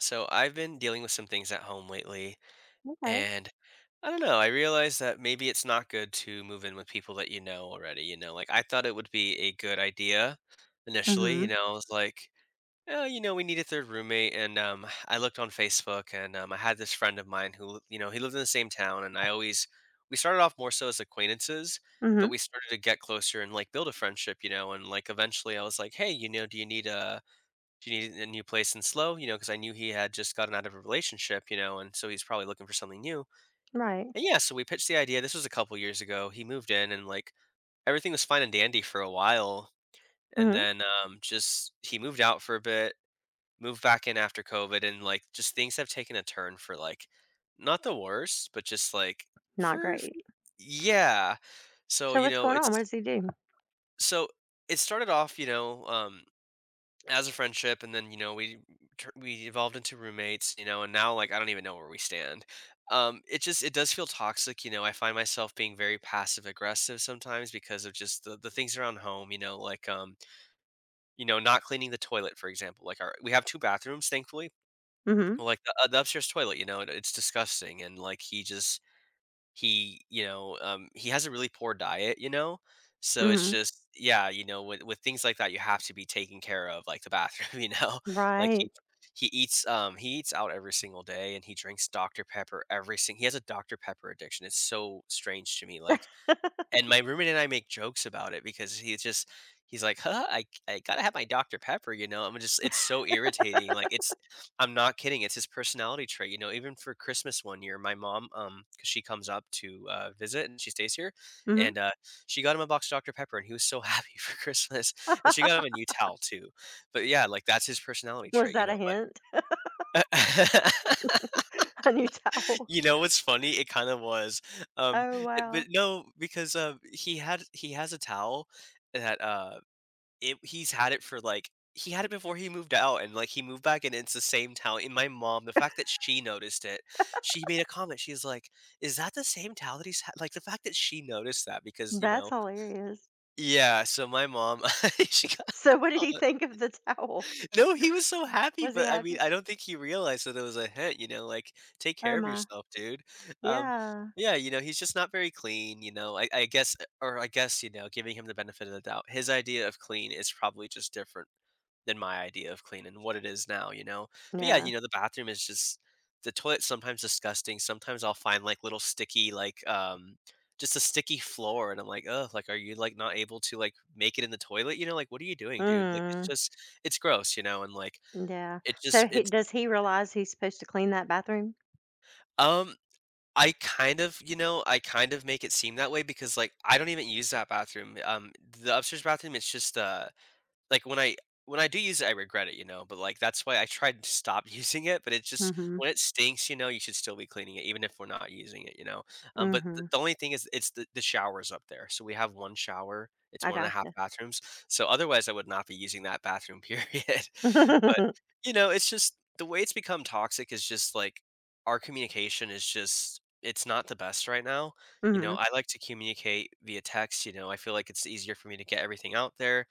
So I've been dealing with some things at home lately, Okay. and I don't know. I realized that maybe it's not good to move in with people that you know already. Like I thought it would be a good idea initially. You Mhm. know, I was like, we need a third roommate, and I looked on Facebook, and I had this friend of mine who, he lived in the same town, and I always we started off more so as acquaintances, but Mhm. we started to get closer and build a friendship. You know, and eventually I was like, hey, do you need a she needed a new place and because I knew he had just gotten out of a relationship, and so he's probably looking for something new. Right. And yeah, so we pitched the idea. This was a couple years ago. He moved in and everything was fine and dandy for a while. And Mhm. then just he moved out for a bit, moved back in after COVID, and just things have taken a turn for not the worst, but just Not for for- great. yeah. So, So you what's know, going on? What it's does he do? so it started off, as a friendship, and then we we evolved into roommates, you know, and now I don't even know where we stand. It just it does feel toxic, you know. I find myself being very passive aggressive sometimes because of just the things around home, you know, not cleaning the toilet for example. Like our we have two bathrooms, thankfully. Mhm. Well, like the upstairs toilet, it's disgusting, and he just he has a really poor diet, you know? So it's Mhm. just, yeah, you know, with things like that, you have to be taking care of, like, the bathroom, you know? Like he Right. he eats out every single day, and he drinks Dr. Pepper every sing he has a Dr. Pepper addiction. It's so strange to me. Like, and my roommate and I make jokes about it because he's just he's like, "Huh, I gotta have my Dr. Pepper," you know? I'm just it's so irritating, like, it's I'm not kidding, it's his personality trait, you know? Even for Christmas one year, my mom, because she comes up to, visit and she stays here, Mhm. and, she got him a box of Dr. Pepper, and he was so happy for Christmas, and she got him a new towel too. But yeah, like, that's his personality Was trait, you that know? a But hint? A new towel. you know what's funny? It kinda was, um, Oh it but wow. no, because, he has a towel that, it he's had it for, like, he had it before he moved out, and, like, he moved back, and it's the same towel, and my mom, the fact that she noticed it, she made a comment. She's like, "Is that the same towel that he's had?" Like, the fact that she noticed that, because, you That's know hilarious. Yeah, so my mom, she got So what did he think of the towel? no, he was so happy, Was he but I mean, happy? I don't think he realized that it was a hit, "Take care Oh of my. yourself, dude." Um, Yeah. yeah, you know, he's just not very clean, you know. I guess, or I guess, you know, giving him the benefit of the doubt, his idea of clean is probably just different than my idea of clean and what it is now, you know? But yeah, Yeah. you know, the bathroom is just the toilet's sometimes disgusting. Sometimes I'll find like little sticky, like just a sticky floor, and I'm like, oh, like, are you like not able to like make it in the toilet? You know, like, what are you doing, dude? Like, Mm. It's gross, you know, and Yeah. So it's he realize he's supposed to clean that bathroom? um I kind of, you know, I kind of make it seem that way because like I don't even use that bathroom. The upstairs bathroom, it's just like, when I do use it, I regret it, you know, but, like, that's why I tried to stop using it. But it's just, Mhm. when it stinks, you know, you should still be cleaning it even if we're not using it, you know? But the Mhm. Only thing is, it's the shower's up there, so we have one shower, it's I one and a half gotcha. bathrooms, so otherwise I would not be using that bathroom, period. But, you know, it's just, the way it's become toxic is just, like, our communication is just it's not the best right now, you know? mhm. I like to communicate via text, you know? I feel like it's easier for me to get everything out there,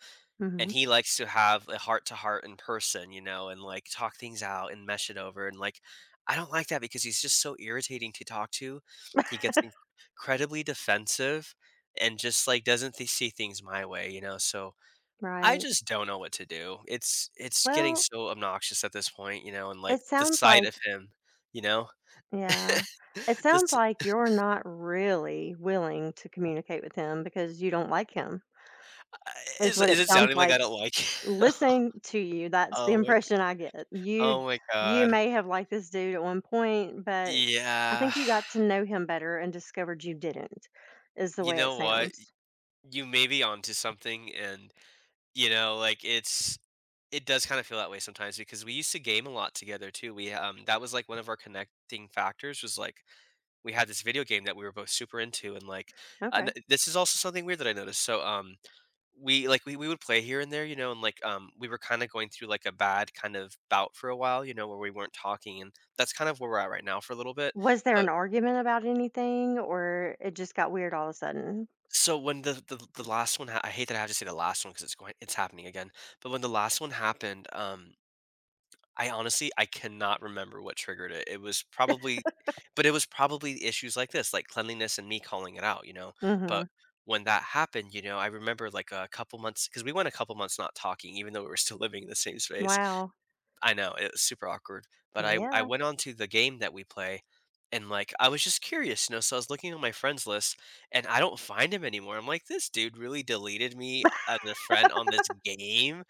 and Mhm. he likes to have a heart to heart in person, you know, and like talk things out and mesh it over. And like, I don't like that because he's just so irritating to talk to. He gets incredibly defensive and just like doesn't see things my way, you know. So I Right. just don't know what to do. It's getting Well, so obnoxious at this point, you know, and like it the sounds sight like of him, you know. yeah, it sounds this like you're not really willing to communicate with him because you don't like him, uh, is is what it it sounds sounding like I like. don't like him? Listening to you, that's the oh my g- impression I get. You oh my you god. may have liked this dude at one point, but I Yeah. think you got to know him better and discovered you didn't, is the You way it know what? sounds. You may be onto something, and you know like it's it does kind of feel that way sometimes, because we used to game a lot together too. We that was like one of our connecting factors. Was like we had this video game that we were both super into, and like, and Okay. this is also something weird that I noticed. So we like we would play here and there, you know, and like we were kind of going through like a bad kind of bout for a while, you know, where we weren't talking, and that's kind of where we're at right now for a little bit. Was there an argument about anything or it just got weird all of a sudden? So when the last one ha I hate that I have to say the last one because it's happening again, but when the last one happened, I honestly I cannot remember what triggered it. It was probably but it was probably issues like this, like cleanliness and me calling it out, you know? But Mhm. when that happened, you know, I remember like a couple months, because we went a couple months not talking even though we were still living in the same space. Wow. I know, it was super awkward, but I Yeah. went on to the game that we play, and, like, I was just curious, you know, so I was looking on my friends list, and I don't find him anymore. I'm like, "This dude really deleted me as a friend on this game,"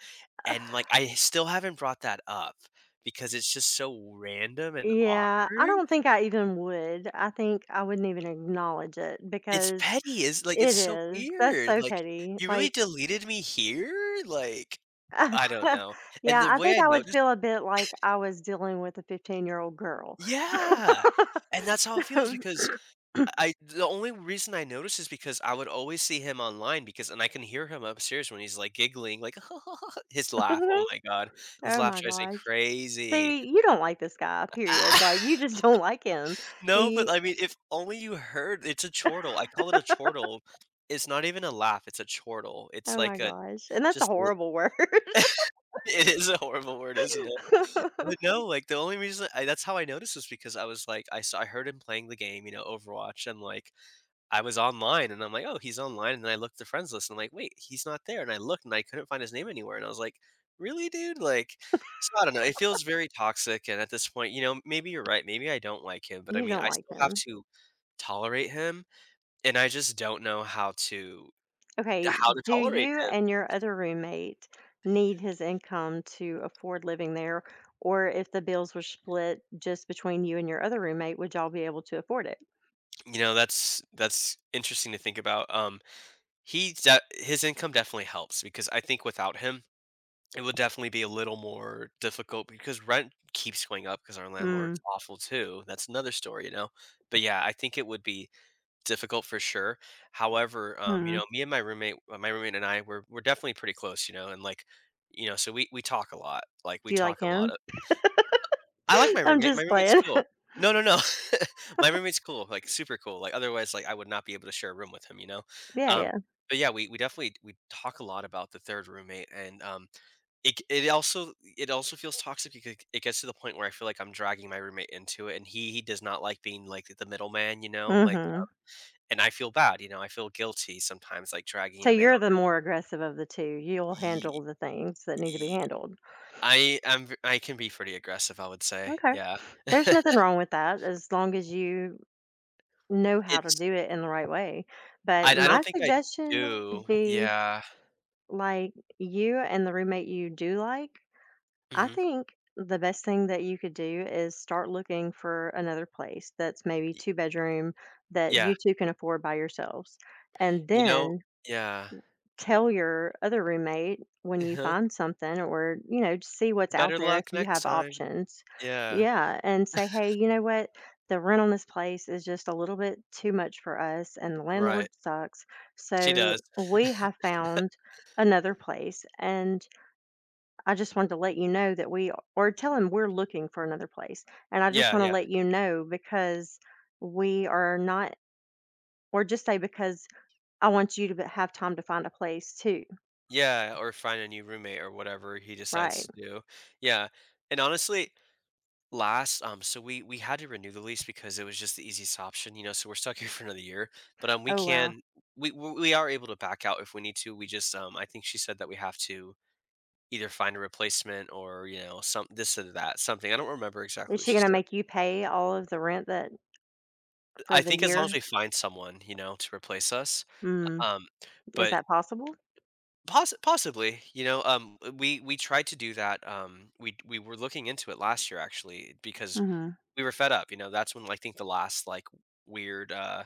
and, like, I still haven't brought that up because it's just so random and Yeah, I awkward. don't think I even would. I think I wouldn't even acknowledge it It's because petty, is like, it's it so is. That's weird, so like, petty. "You really Like, deleted me here?" Like, I don't know, and yeah, the I way think I I would noticed feel a bit like I was dealing with a 15-year-old girl. yeah, and that's how it feels because I the only reason I noticed is because I would always see him online, because and I can hear him upstairs when he's like giggling, like his laugh. Oh my god, his Oh laugh my drives me gosh. crazy. See, you don't like this guy, period. Ah! Like, you just don't like him. no, but He, I mean, if only you heard. It's a chortle. I call it a chortle. It's not even a laugh. It's a chortle. It's oh my like a gosh. And that's a just. l- horrible word. it is a horrible word, isn't it? But no, like the only reason that's how I noticed was because I was like I heard him playing the game, you know, Overwatch, and like I was online and I'm like, "Oh, he's online." And then I looked at the friends list and I'm like, "Wait, he's not there." And I looked and I couldn't find his name anywhere. And I was like, "Really, dude?" Like, so I don't know. It feels very toxic. And at this point, you know, maybe you're right. Maybe I don't like him, but I You mean, don't I like still have him. to tolerate him. And I just don't know how to Okay, do tolerate you him. and your other roommate need his income to afford living there? Or if the bills were split just between you and your other roommate, would y'all be able to afford it? You know, that's interesting to think about. His income definitely helps because I think without him, it would definitely be a little more difficult because rent keeps going up because our Mm, landlord's awful too. That's another story, you know? But yeah, I think it would be difficult for sure. However, you hmm. know, me and my roommate and I, we're definitely pretty close, you know, and like, you know, so we talk a lot. Like we Do you talk like a lot. him? Of, I like my I'm roommate. My just roommate's playing. cool. No, no, no. My roommate's cool, like super cool. Like otherwise, like I would not be able to share a room with him, you know. Yeah, Um, yeah. but yeah, we definitely we talk a lot about the third roommate, and it it also it also feels toxic because it gets to the point where I feel like I'm dragging my roommate into it, and he does not like being like the middleman, you know, like, Mhm. and I feel bad, you know, I feel guilty sometimes, like dragging So him in on. you're the more aggressive of the two. You'll Ye- handle the things that need to be ye- handled. I am I can be pretty aggressive, I would say. Okay. Yeah, There's nothing wrong with that as long as you know how to it's do it in the right way. I But I my don't think I suggestion do. would be, Yeah. like, you and the roommate you do like, I Hmm. think the best thing that you could do is start looking for another place that's maybe two bedroom that Yeah. you two can afford by yourselves. And You know. then Yeah. tell your other roommate when you uh find something or, you know, just see what's out Better there if luck you next have time. options. Yeah. Yeah, and say, "Hey, you know what? The rent on this place is just a little bit too much for us and the Right. landlord sucks. She So, does. we have found another place and I just wanted to let you know that we or tell him we're looking for another place. And I just Yeah. want to Yeah. let you know because we are not or just say because I want you to have time to find a place too, Yeah, or find a new roommate or whatever he decides right? to do. Yeah. And honestly, last so we had to renew the lease because it was just the easiest option, you know, so we're stuck here for another year. But we Oh, wow. can we are able to back out if we need to. We just I think she said that we have to either find a replacement or, you know, some this or that, something. I don't remember Is exactly what she she gonna said. make you pay all of the rent that I for the think as long as year? we find someone, you know, to replace us. Mm, Um is but that possible? Possibly, you know, we tried to do that, we were looking into it last year actually because Mhm, we were fed up, you know, that's when like, I think the last like weird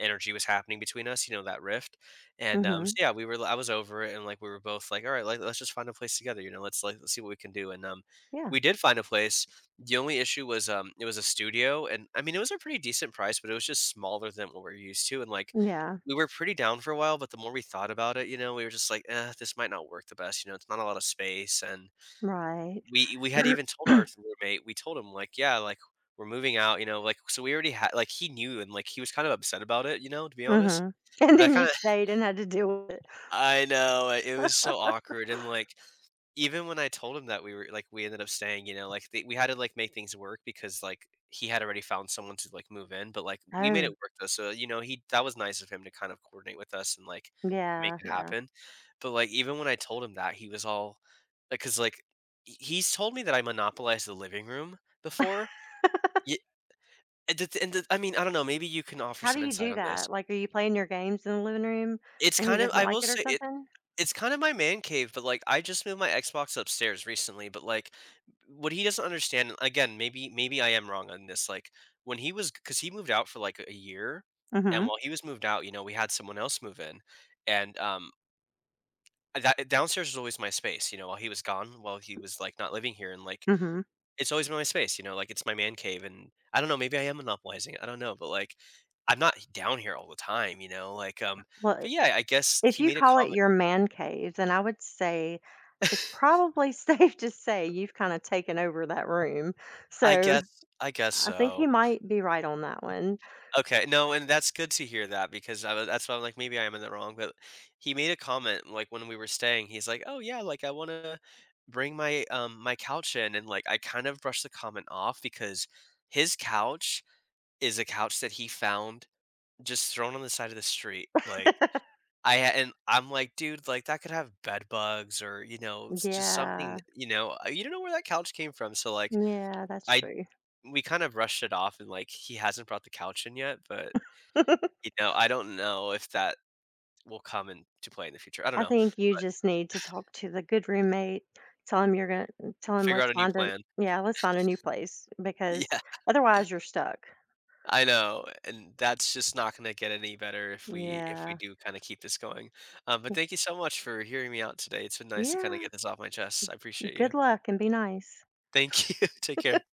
energy was happening between us, you know, that rift. And so mhm. yeah, we were I was over it and like we were both like, all right, like let's just find a place together, you know, let's like let's see what we can do. And Yeah, we did find a place. The only issue was it was a studio, and I mean it was a pretty decent price, but it was just smaller than what we're used to, and like yeah, we were pretty down for a while, but the more we thought about it, you know, we were just like, eh, this might not work the best. You know, it's not a lot of space, and right. we had even told our roommate, we told him, like, "Yeah, like, we're moving out," you know, like, so we already had like, he knew and, like, he was kind of upset about it, you know, to be honest. Mhm, and But I then you kinda stayed and had to deal with it. I know, it was so awkward and, like even when I told him that we were like we ended up staying, you know, like they, we had to like make things work because like he had already found someone to like move in, but like we made it Oh, work though. So you know, he that was nice of him to kind of coordinate with us and like make yeah, it yeah. happen. But like even when I told him that, he was all like, because like he's told me that I monopolized the living room before. Yeah, and, I mean, I don't know. Maybe you can offer How do some you insight do on this. that? Like, are you playing your games in the living room It's and he kind of doesn't I like will it or say something? it's kind of my man cave, but, like, I just moved my Xbox upstairs recently, but, like, what he doesn't understand and again, maybe I am wrong on this, like, when he was, because he moved out for, like, a year, and Mhm, while he was moved out, you know, we had someone else move in, and, that downstairs was always my space, you know, while he was gone, while he was, like, not living here, and, like, mhm. it's always been my space, you know, like, it's my man cave, and I don't know, maybe I am monopolizing it, I don't know, but, like, I'm not down here all the time, you know, like, Well, I but, yeah, I guess if he you made a call it comment. your man cave, then I would say it's probably safe to say you've kinda taken over that room, I so guess I think so. he might be right on that one. Okay, no, and that's good to hear that, because I was that's why I'm like, maybe I am in the wrong, but he made a comment, like, when we were staying, he's like, "Oh, yeah, like, I wanna bring my, my couch in," and, like, I kind of brushed the comment off because his couch is a couch that he found just thrown on the side of the street, like, I ha and I'm like, "Dude, like, that could have bed bugs or, you know, it's just something, Yeah. you know, you don't know where that couch came from," so, like, Yeah, that's I true. we kind of rushed it off and, like, he hasn't brought the couch in yet, but, I you know, I don't know if that will come into play in the future. I don't know. think you just need to talk to the good roommate, tell him you're gonna tell him Figure out let's a new find a plan. yeah, let's find a new place because Yeah, otherwise you're stuck. I know, and that's just not gonna get any better if we Yeah. do kinda keep this going. But thank you so much for hearing me out today. It's been nice to kinda Yeah. get this off my chest. I appreciate you. Good luck and be nice. Thank you. Take care.